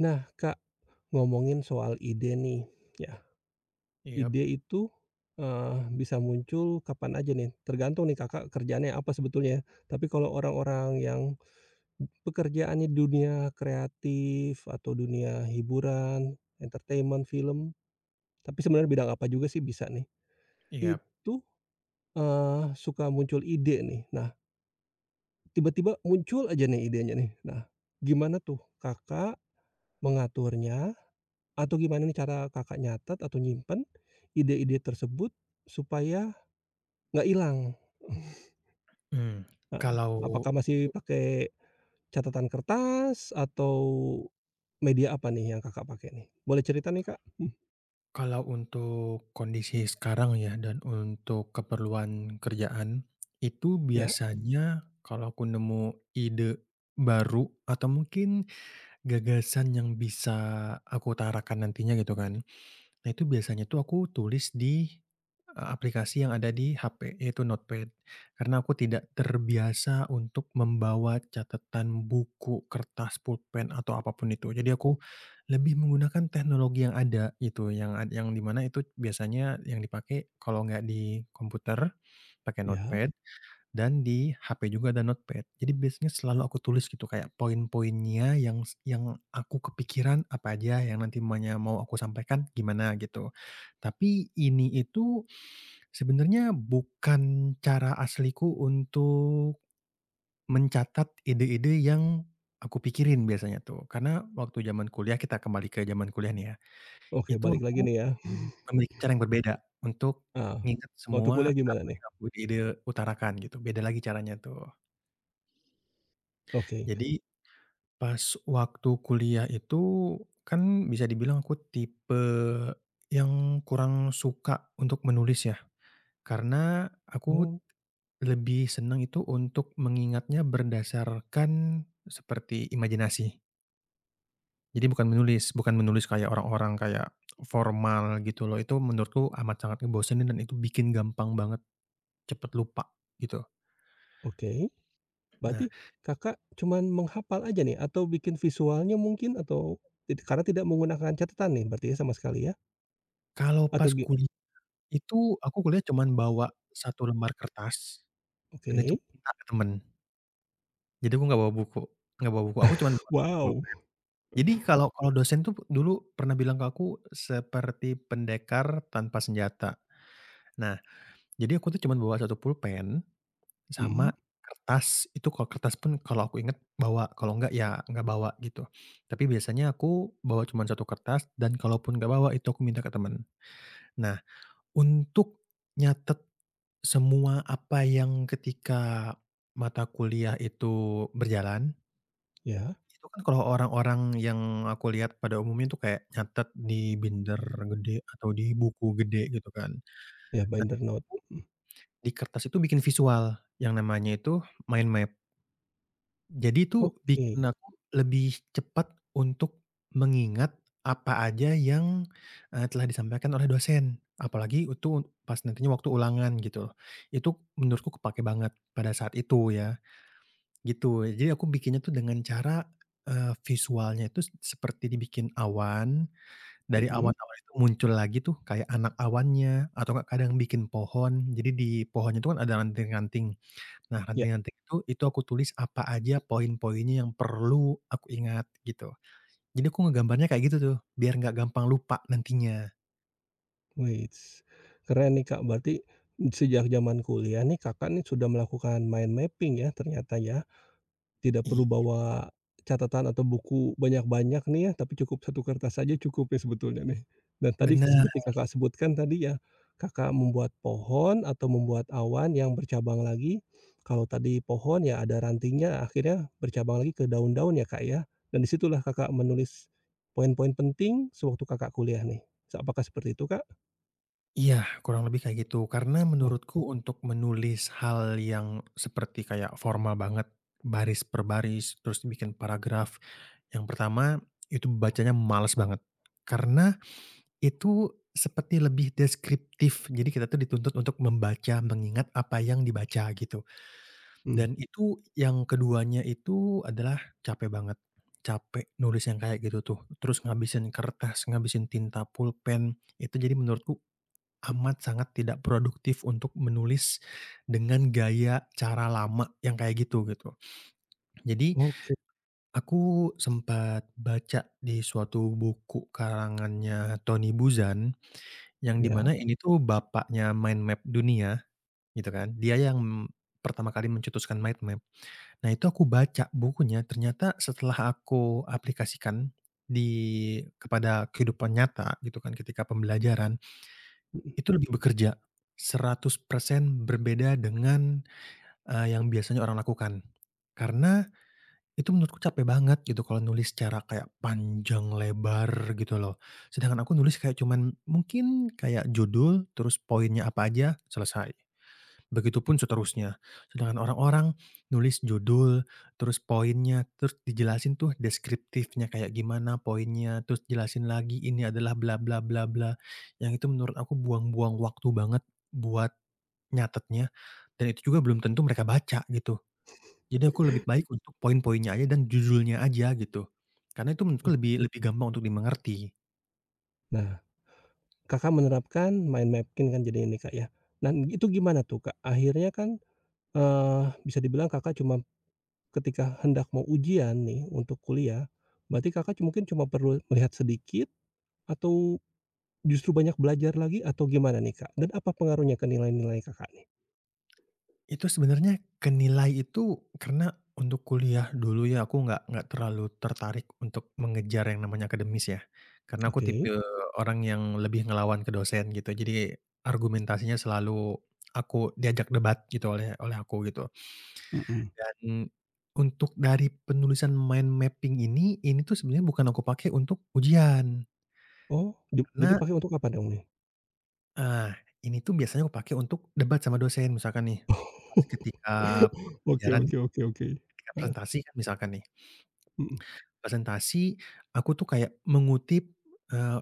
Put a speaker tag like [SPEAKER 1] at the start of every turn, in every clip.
[SPEAKER 1] Nah, Kak, ngomongin soal ide nih, ya.
[SPEAKER 2] Iyap,
[SPEAKER 1] Ide itu, bisa muncul kapan aja nih, tergantung nih Kakak kerjaannya apa sebetulnya. Tapi kalau orang-orang yang pekerjaannya dunia kreatif atau dunia hiburan, entertainment, film, tapi sebenarnya bidang apa juga sih bisa nih,
[SPEAKER 2] iyap.
[SPEAKER 1] itu, suka muncul ide nih. Nah, tiba-tiba muncul aja nih idenya nih. Nah, gimana tuh Kakak mengaturnya? Atau gimana nih cara Kakak nyatet atau nyimpen ide-ide tersebut supaya nggak hilang?
[SPEAKER 2] mmm,
[SPEAKER 1] Heeh.
[SPEAKER 2] kalau
[SPEAKER 1] Apakah masih pakai catatan kertas atau media apa nih yang Kakak pakai nih? Boleh cerita nih, Kak? Hmm,
[SPEAKER 2] kalau untuk kondisi sekarang ya, dan untuk keperluan kerjaan, itu
[SPEAKER 1] ya?
[SPEAKER 2] biasanya kalau aku nemu ide baru atau mungkin gagasan yang bisa aku utarakan nantinya gitu kan. Nah, itu biasanya tuh aku tulis di aplikasi yang ada di HP, yaitu Notepad. Karena aku tidak terbiasa untuk membawa catatan, buku, kertas, pulpen, atau apapun itu. Jadi aku lebih menggunakan teknologi yang ada gitu, yang di mana itu biasanya yang dipakai kalau nggak di komputer, pakai
[SPEAKER 1] Ya?
[SPEAKER 2] Notepad. Dan di HP juga ada notepad. Jadi biasanya selalu aku tulis gitu kayak poin-poinnya yang aku kepikiran apa aja yang nanti maunya mau aku sampaikan gimana gitu. Tapi ini itu sebenarnya bukan cara asliku untuk mencatat ide-ide yang aku pikirin biasanya tuh. Karena waktu zaman kuliah kita kembali ke zaman kuliah nih ya,
[SPEAKER 1] Oke,
[SPEAKER 2] itu
[SPEAKER 1] balik
[SPEAKER 2] aku
[SPEAKER 1] lagi nih ya.
[SPEAKER 2] memiliki cara yang berbeda untuk
[SPEAKER 1] Ah,
[SPEAKER 2] nginget
[SPEAKER 1] waktu
[SPEAKER 2] semua
[SPEAKER 1] kuliah gimana
[SPEAKER 2] apa
[SPEAKER 1] nih?
[SPEAKER 2] yang aku ide utarakan gitu, beda lagi caranya tuh.
[SPEAKER 1] Oke.
[SPEAKER 2] Jadi pas waktu kuliah itu, kan bisa dibilang aku tipe yang kurang suka untuk menulis ya, karena aku
[SPEAKER 1] Oh,
[SPEAKER 2] lebih senang itu untuk mengingatnya berdasarkan seperti imajinasi. Jadi bukan menulis kayak orang-orang kayak formal gitu loh, itu menurutku amat sangat ngebosenin dan itu bikin gampang banget cepet lupa gitu.
[SPEAKER 1] oke.
[SPEAKER 2] Nah,
[SPEAKER 1] Berarti Kakak cuman menghafal aja nih atau bikin visualnya mungkin, atau karena tidak menggunakan catatan nih berarti ya sama sekali ya?
[SPEAKER 2] kalau pas
[SPEAKER 1] Atau gi
[SPEAKER 2] kuliah itu aku kuliah cuman bawa satu lembar kertas, dan itu
[SPEAKER 1] oke.
[SPEAKER 2] minta ke temen. Jadi aku nggak bawa buku, aku cuman bawa satu
[SPEAKER 1] Wow.
[SPEAKER 2] pulpen. Jadi kalau kalau dosen tuh dulu pernah bilang ke aku seperti pendekar tanpa senjata. Nah, jadi aku tuh cuman bawa satu pulpen
[SPEAKER 1] Mhm.
[SPEAKER 2] sama kertas, itu kalau kertas pun kalau aku inget bawa, kalau nggak ya nggak bawa gitu. Tapi biasanya aku bawa cuman satu kertas dan kalaupun nggak bawa itu aku minta ke temen. Nah, untuk nyatet semua apa yang ketika mata kuliah itu berjalan,
[SPEAKER 1] Ya,
[SPEAKER 2] itu kan kalau orang-orang yang aku lihat pada umumnya tuh kayak nyatet di binder gede atau di buku gede gitu kan.
[SPEAKER 1] ya
[SPEAKER 2] Nah,
[SPEAKER 1] binder note,
[SPEAKER 2] aku
[SPEAKER 1] mhm,
[SPEAKER 2] di kertas itu bikin visual yang namanya itu mind map. Jadi itu bikin
[SPEAKER 1] oke,
[SPEAKER 2] aku lebih cepat untuk mengingat apa aja yang, telah disampaikan oleh dosen, apalagi itu pas nantinya waktu ulangan gitu. Itu menurutku kepake banget pada saat itu ya. Gitu. Jadi aku bikinnya tuh dengan cara, visualnya itu seperti dibikin awan, dari
[SPEAKER 1] mhm,
[SPEAKER 2] awan-awan itu muncul lagi tuh kayak anak awannya, atau enggak kadang bikin pohon. Jadi di pohonnya itu kan ada ranting-ranting. Nah,
[SPEAKER 1] ya,
[SPEAKER 2] ranting-ranting itu aku tulis apa aja poin-poinnya yang perlu aku ingat gitu. Jadi aku ngegambarnya kayak gitu tuh, biar nggak gampang lupa nantinya.
[SPEAKER 1] weits, keren nih Kak, berarti sejak zaman kuliah nih Kakak nih sudah melakukan mind mapping ya ternyata ya? Tidak
[SPEAKER 2] I
[SPEAKER 1] perlu bawa catatan atau buku banyak-banyak nih ya, tapi cukup satu kertas saja cukup ya sebetulnya nih. Dan tadi
[SPEAKER 2] Bener.
[SPEAKER 1] seperti Kakak sebutkan tadi ya, Kakak membuat pohon atau membuat awan yang bercabang lagi. Kalau tadi pohon ya ada rantingnya akhirnya bercabang lagi ke daun-daun ya, Kak, ya. Dan disitulah Kakak menulis poin-poin penting sewaktu Kakak kuliah nih. Apakah seperti itu, Kak?
[SPEAKER 2] Iya, kurang lebih kayak gitu. Karena
[SPEAKER 1] Oh,
[SPEAKER 2] menurutku untuk menulis hal yang seperti kayak formal banget, baris per baris, terus bikin paragraf. Yang pertama, itu bacanya males banget. Karena itu seperti lebih deskriptif. Jadi kita tuh dituntut untuk membaca, mengingat apa yang dibaca gitu.
[SPEAKER 1] mmm,
[SPEAKER 2] Dan itu yang keduanya itu adalah capek banget. Capek nulis yang kayak gitu tuh. Terus ngabisin kertas, ngabisin tinta, pulpen. Itu jadi menurutku amat sangat tidak produktif untuk menulis dengan gaya cara lama yang kayak gitu, gitu. Jadi
[SPEAKER 1] oke,
[SPEAKER 2] aku sempat baca di suatu buku karangannya Tony Buzan, yang di
[SPEAKER 1] ya.
[SPEAKER 2] mana ini tuh bapaknya mind map dunia, gitu kan. Dia yang pertama kali mencetuskan mind map. Nah, itu aku baca bukunya, ternyata setelah aku aplikasikan di kepada kehidupan nyata gitu kan ketika pembelajaran, itu lebih bekerja, 100% berbeda dengan, yang biasanya orang lakukan. Karena itu menurutku capek banget gitu kalau nulis secara kayak panjang lebar gitu loh. Sedangkan aku nulis kayak cuman mungkin kayak judul, terus poinnya apa aja, selesai. Begitupun seterusnya. Sedangkan orang-orang nulis judul, terus poinnya, terus dijelasin tuh deskriptifnya kayak gimana poinnya, terus jelasin lagi ini adalah bla bla bla bla, yang itu menurut aku buang-buang waktu banget buat nyatetnya, dan itu juga belum tentu mereka baca gitu. Jadi aku lebih baik untuk poin-poinnya aja dan judulnya aja gitu. Karena itu menurutku lebih lebih gampang untuk dimengerti.
[SPEAKER 1] Nah, Kakak menerapkan mind mapping kan jadi ini Kak, ya. Dan itu gimana tuh, Kak? Akhirnya kan bisa dibilang Kakak cuma ketika hendak mau ujian nih untuk kuliah, berarti Kakak cu- mungkin cuma perlu melihat sedikit, atau justru banyak belajar lagi atau gimana nih, Kak? Dan apa pengaruhnya ke nilai-nilai Kakak nih?
[SPEAKER 2] Itu sebenarnya kenilai itu karena untuk kuliah dulu ya aku nggak terlalu tertarik untuk mengejar yang namanya akademis ya. Karena aku
[SPEAKER 1] Oke.
[SPEAKER 2] tipe orang yang lebih ngelawan ke dosen gitu. Jadi argumentasinya selalu aku diajak debat gitu oleh oleh aku gitu.
[SPEAKER 1] Mhm.
[SPEAKER 2] Dan untuk dari penulisan mind mapping ini tuh sebenarnya bukan aku pakai untuk ujian.
[SPEAKER 1] Oh, di jadi
[SPEAKER 2] Karena,
[SPEAKER 1] pakai untuk apa dong nih?
[SPEAKER 2] ah, ini tuh biasanya aku pakai untuk debat sama dosen misalkan nih, pas ketika
[SPEAKER 1] Oke,
[SPEAKER 2] pembelajaran.
[SPEAKER 1] oke, oke, oke.
[SPEAKER 2] Ketika
[SPEAKER 1] Heeh,
[SPEAKER 2] presentasi kan misalkan nih,
[SPEAKER 1] mhm
[SPEAKER 2] presentasi, aku tuh kayak mengutip, eee,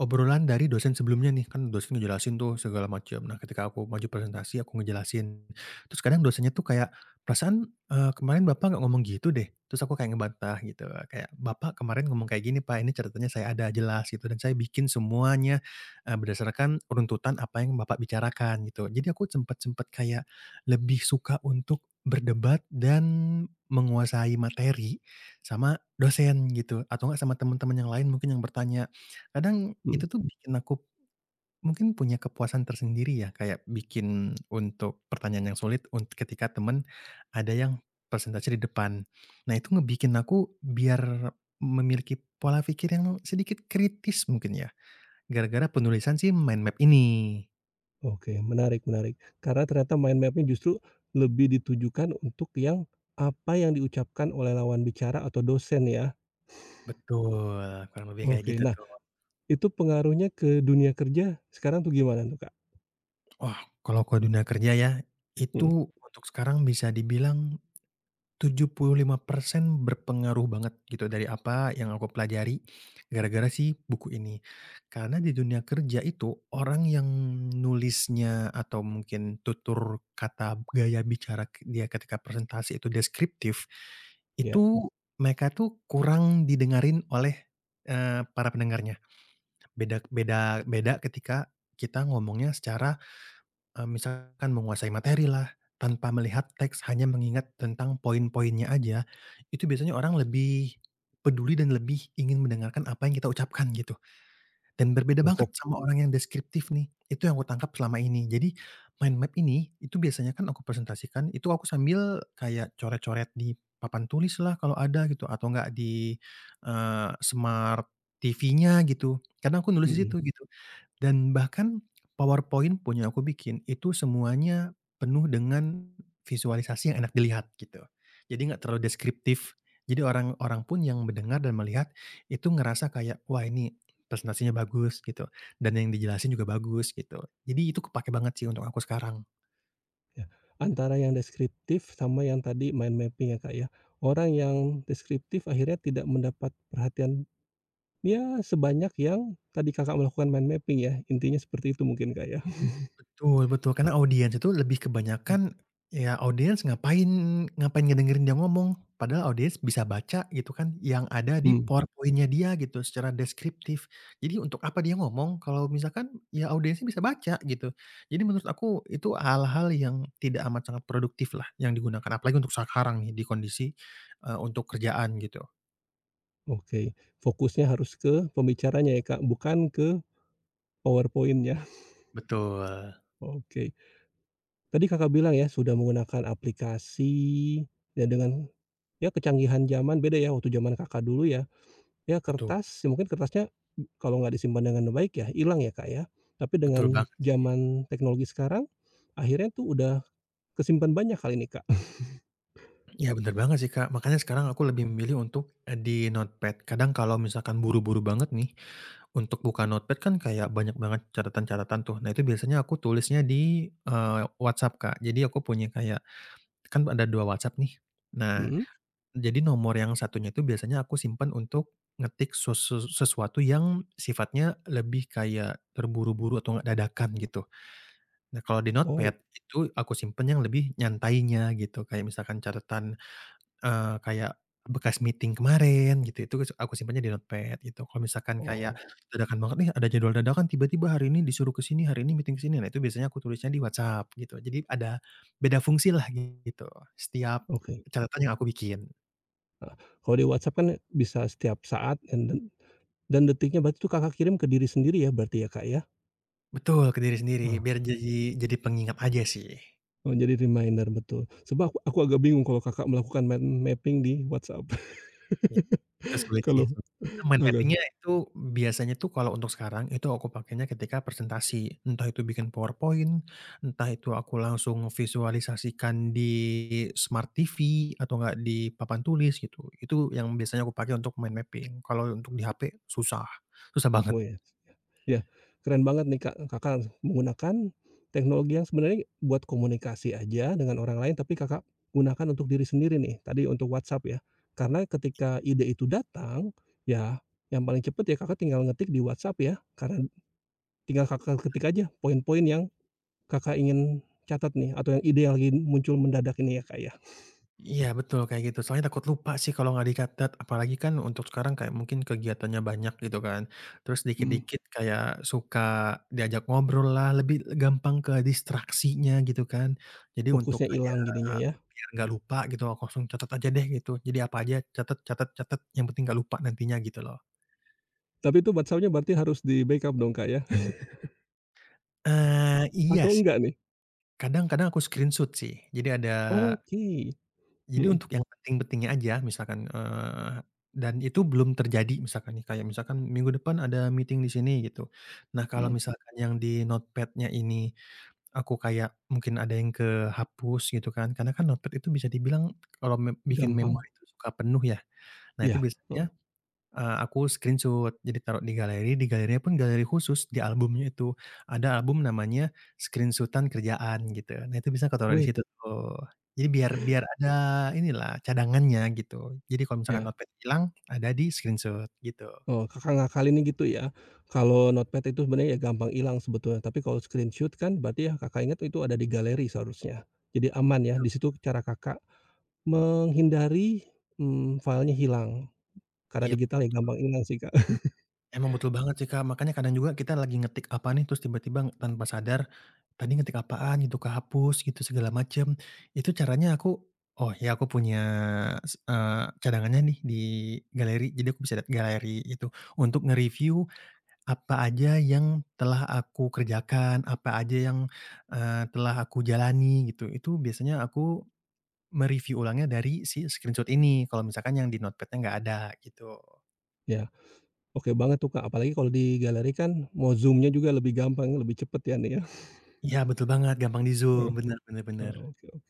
[SPEAKER 2] obrolan dari dosen sebelumnya nih, kan dosen ngejelasin tuh segala macam. Nah, ketika aku maju presentasi, aku ngejelasin. Terus kadang dosennya tuh kayak, "Perasaan, kemarin Bapak nggak ngomong gitu deh?" Terus aku kayak ngebantah gitu, kayak, "Bapak kemarin ngomong kayak gini Pak, ini catatannya saya ada jelas gitu dan saya bikin semuanya, berdasarkan runtutan apa yang Bapak bicarakan," gitu. Jadi aku sempat sempat kayak lebih suka untuk berdebat dan menguasai materi, sama dosen gitu, atau enggak sama teman-teman yang lain mungkin yang bertanya. Kadang itu
[SPEAKER 1] mhm.
[SPEAKER 2] tuh bikin aku mungkin punya kepuasan tersendiri ya, kayak bikin untuk pertanyaan yang sulit ketika teman ada yang persentase di depan. Nah, itu ngebikin aku biar memiliki pola pikir yang sedikit kritis mungkin ya, gara-gara penulisan si mind map ini.
[SPEAKER 1] Oke, menarik menarik. Karena ternyata mind map justru lebih ditujukan untuk yang apa yang diucapkan oleh lawan bicara atau dosen ya?
[SPEAKER 2] Betul, kurang lebih kayak
[SPEAKER 1] Oke,
[SPEAKER 2] gitu
[SPEAKER 1] nah
[SPEAKER 2] tuh.
[SPEAKER 1] itu pengaruhnya ke dunia kerja sekarang tuh gimana tuh, Kak?
[SPEAKER 2] Wah, kalau ke dunia kerja ya,
[SPEAKER 1] Mhm,
[SPEAKER 2] itu untuk sekarang bisa dibilang 75% berpengaruh banget gitu dari apa yang aku pelajari gara-gara sih buku ini. Karena di dunia kerja itu orang yang nulisnya atau mungkin tutur kata gaya bicara dia ketika presentasi itu deskriptif,
[SPEAKER 1] iya,
[SPEAKER 2] itu mereka tuh kurang didengarin oleh, para pendengarnya. Beda, beda, beda ketika kita ngomongnya secara, misalkan menguasai materi lah tanpa melihat teks, hanya mengingat tentang poin-poinnya aja, itu biasanya orang lebih peduli dan lebih ingin mendengarkan apa yang kita ucapkan gitu, dan berbeda banget
[SPEAKER 1] memfok
[SPEAKER 2] sama orang yang deskriptif nih, itu yang aku tangkap selama ini. Jadi mind map ini, itu biasanya kan aku presentasikan, itu aku sambil kayak coret-coret di papan tulis lah kalau ada gitu, atau enggak di, smart TV-nya gitu, karena aku nulis di situ
[SPEAKER 1] mhm,
[SPEAKER 2] gitu. Dan bahkan PowerPoint punya aku bikin, itu semuanya penuh dengan visualisasi yang enak dilihat gitu. Jadi nggak terlalu deskriptif. Jadi orang-orang pun yang mendengar dan melihat itu ngerasa kayak, "Wah, ini presentasinya bagus," gitu, dan yang dijelasin juga bagus gitu. Jadi itu kepake banget sih untuk aku sekarang.
[SPEAKER 1] ya. Antara yang deskriptif sama yang tadi mind mapping ya, Kak, ya. Orang yang deskriptif akhirnya tidak mendapat perhatian, ya sebanyak yang tadi Kakak melakukan mind mapping ya, intinya seperti itu mungkin, Kak, ya?
[SPEAKER 2] Betul, betul, karena audiens itu lebih kebanyakan, ya audiens ngapain ngapain ngedengerin dia ngomong, padahal audiens bisa baca gitu kan yang ada di
[SPEAKER 1] Mhm,
[SPEAKER 2] PowerPoint-nya dia gitu secara deskriptif. Jadi untuk apa dia ngomong kalau misalkan ya audiensnya bisa baca gitu. Jadi menurut aku itu hal-hal yang tidak amat sangat produktif lah yang digunakan, apalagi untuk sekarang nih di kondisi, untuk kerjaan gitu.
[SPEAKER 1] oke. Fokusnya harus ke pembicaranya ya, Kak, bukan ke PowerPoint-nya.
[SPEAKER 2] Betul.
[SPEAKER 1] Oke. Tadi Kakak bilang ya, sudah menggunakan aplikasi, ya dengan ya kecanggihan zaman beda ya, waktu zaman Kakak dulu ya, ya
[SPEAKER 2] Betul,
[SPEAKER 1] kertas, ya mungkin kertasnya kalau nggak disimpan dengan baik ya, hilang ya, Kak, ya. Tapi
[SPEAKER 2] betul
[SPEAKER 1] dengan
[SPEAKER 2] banget.
[SPEAKER 1] zaman teknologi sekarang, akhirnya tuh udah kesimpan banyak kali ini Kak?
[SPEAKER 2] Ya bener banget sih, Kak, makanya sekarang aku lebih memilih untuk, di notepad. Kadang kalau misalkan buru-buru banget nih, untuk buka notepad kan kayak banyak banget catatan-catatan tuh. Nah, itu biasanya aku tulisnya di, WhatsApp, Kak. Jadi aku punya kayak kan ada 2 WhatsApp nih. Nah,
[SPEAKER 1] Mhm?
[SPEAKER 2] jadi nomor yang satunya itu biasanya aku simpan untuk ngetik sesuatu yang sifatnya lebih kayak terburu-buru atau nggak dadakan gitu. Nah, kalau di notepad,
[SPEAKER 1] Wow,
[SPEAKER 2] itu aku simpen yang lebih nyantainya gitu, kayak misalkan catatan, kayak bekas meeting kemarin gitu, itu aku simpannya di notepad gitu. Kalau misalkan kayak
[SPEAKER 1] oh,
[SPEAKER 2] dadakan banget nih, ada jadwal dadakan tiba-tiba hari ini disuruh ke sini, hari ini meeting ke sini, nah, itu biasanya aku tulisnya di WhatsApp gitu. Jadi ada beda fungsilah gitu, setiap
[SPEAKER 1] oke.
[SPEAKER 2] catatan yang aku bikin.
[SPEAKER 1] Heeh. Kalau di WhatsApp kan bisa setiap saat dan detiknya berarti tuh Kakak kirim ke diri sendiri ya berarti ya, Kak, ya?
[SPEAKER 2] Betul, ke diri sendiri,
[SPEAKER 1] Oh.
[SPEAKER 2] biar jadi pengingat aja sih.
[SPEAKER 1] Oh, jadi reminder, betul. Sebab aku agak bingung kalau Kakak melakukan mind mapping di WhatsApp.
[SPEAKER 2] Iya, itu sulit sih
[SPEAKER 1] Kalau
[SPEAKER 2] karena mind mapping-nya
[SPEAKER 1] agak
[SPEAKER 2] itu biasanya tuh kalau untuk sekarang itu aku pakainya ketika presentasi, entah itu bikin PowerPoint, entah itu aku langsung visualisasikan di smart TV atau enggak di papan tulis gitu, itu yang biasanya aku pakai untuk mind mapping, kalau untuk di HP susah, susah banget.
[SPEAKER 1] oh ya. Ya, keren banget nih, Kak, Kakak menggunakan teknologi yang sebenarnya buat komunikasi aja dengan orang lain, tapi Kakak gunakan untuk diri sendiri nih, tadi untuk WhatsApp ya. Karena ketika ide itu datang, ya yang paling cepet ya Kakak tinggal ngetik di WhatsApp ya, karena tinggal Kakak ketik aja poin-poin yang Kakak ingin catat nih, atau yang ide yang lagi muncul mendadak ini ya, Kak, ya?
[SPEAKER 2] Iya, betul kayak gitu, soalnya takut lupa sih kalau nggak dicatat, apalagi kan untuk sekarang kayak mungkin kegiatannya banyak gitu kan, terus
[SPEAKER 1] Mhm.
[SPEAKER 2] dikit-dikit kayak suka diajak ngobrol lah, lebih gampang ke distraksinya gitu kan. Jadi untuk
[SPEAKER 1] Fokusnya
[SPEAKER 2] kayak
[SPEAKER 1] hilang jadinya ya.
[SPEAKER 2] biar nggak lupa gitu, aku langsung catat aja deh gitu, jadi apa aja catat, catat, catat, yang penting nggak lupa nantinya gitu loh.
[SPEAKER 1] Tapi itu WhatsApp-nya berarti harus di-backup dong, Kak, ya?
[SPEAKER 2] Iya
[SPEAKER 1] Atau
[SPEAKER 2] sih,
[SPEAKER 1] enggak nih?
[SPEAKER 2] kadang-kadang aku screenshot sih, jadi ada.
[SPEAKER 1] Oke,
[SPEAKER 2] Jadi
[SPEAKER 1] mhm.
[SPEAKER 2] untuk yang penting-pentingnya aja misalkan, dan itu belum terjadi misalkan nih, kayak misalkan minggu depan ada meeting di sini gitu. Nah, kalau
[SPEAKER 1] Mhm.
[SPEAKER 2] misalkan yang di notepad-nya ini aku kayak mungkin ada yang kehapus gitu kan, karena kan notepad itu bisa dibilang kalau bikin
[SPEAKER 1] Gampang,
[SPEAKER 2] memori itu suka penuh ya. Nah, itu
[SPEAKER 1] iya,
[SPEAKER 2] biasanya,
[SPEAKER 1] heeh.
[SPEAKER 2] Aku screenshot, jadi taruh di galeri, di galerinya pun galeri khusus di albumnya itu. Ada album namanya screenshotan kerjaan gitu. Nah, itu bisa kau taruh di
[SPEAKER 1] Wih,
[SPEAKER 2] situ tuh. Jadi biar biar ada inilah cadangannya gitu. Jadi kalau misalkan
[SPEAKER 1] ya,
[SPEAKER 2] notepad hilang, ada di screenshot gitu.
[SPEAKER 1] heeh, Kakak ngakalinnya gitu ya. Kalau notepad itu sebenarnya ya gampang hilang sebetulnya, tapi kalau screenshot kan berarti yang Kakak ingat itu ada di galeri seharusnya. Jadi aman ya,
[SPEAKER 2] Tuh.
[SPEAKER 1] di situ cara Kakak menghindari, mmm, filenya hilang. Karena
[SPEAKER 2] Iya.
[SPEAKER 1] digital ya gampang hilang sih, Kak.
[SPEAKER 2] Emang betul banget sih, Kak, makanya kadang juga kita lagi ngetik apa nih, terus tiba-tiba tanpa sadar, tadi ngetik apaan gitu, kehapus gitu segala macam. Itu caranya aku, oh ya aku punya cadangannya nih di galeri, jadi aku bisa lihat galeri itu untuk nge-review apa aja yang telah aku kerjakan, apa aja yang, telah aku jalani gitu. Itu biasanya aku mereview ulangnya dari si screenshot ini, kalau misalkan yang di notepadnya nggak ada, gitu.
[SPEAKER 1] Ya, oke banget tuh, Kak. Apalagi kalau di galeri kan mau zoom-nya juga lebih gampang, lebih cepet ya nih ya.
[SPEAKER 2] Iya, betul banget, gampang di Zoom,
[SPEAKER 1] Heeh.
[SPEAKER 2] bener, bener, bener.
[SPEAKER 1] Heeh, oke oke.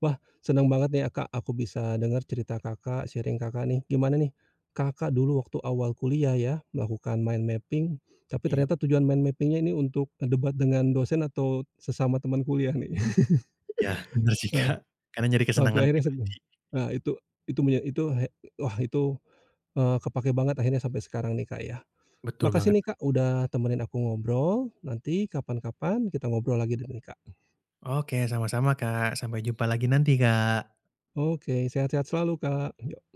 [SPEAKER 1] Wah, senang banget nih ya, Kak, aku bisa dengar cerita Kakak, sharing Kakak nih. Gimana nih, Kakak dulu waktu awal kuliah ya, melakukan mind mapping, tapi
[SPEAKER 2] Iya.
[SPEAKER 1] ternyata tujuan mind mapping-nya ini untuk debat dengan dosen atau sesama teman kuliah nih.
[SPEAKER 2] Iya, bener sih,
[SPEAKER 1] Heeh,
[SPEAKER 2] Kak, karena nyari
[SPEAKER 1] sampai
[SPEAKER 2] kesenangan
[SPEAKER 1] akhirnya sebe
[SPEAKER 2] pribadi.
[SPEAKER 1] nah itu menye itu he wah itu, kepakai banget akhirnya sampai sekarang nih, Kak, ya.
[SPEAKER 2] Betul
[SPEAKER 1] Makasih
[SPEAKER 2] banget.
[SPEAKER 1] nih, Kak, udah temenin aku ngobrol, nanti kapan-kapan kita ngobrol lagi deh nih, Kak.
[SPEAKER 2] Oke, sama-sama, Kak, sampai jumpa lagi nanti, Kak.
[SPEAKER 1] Oke, sehat-sehat selalu, Kak.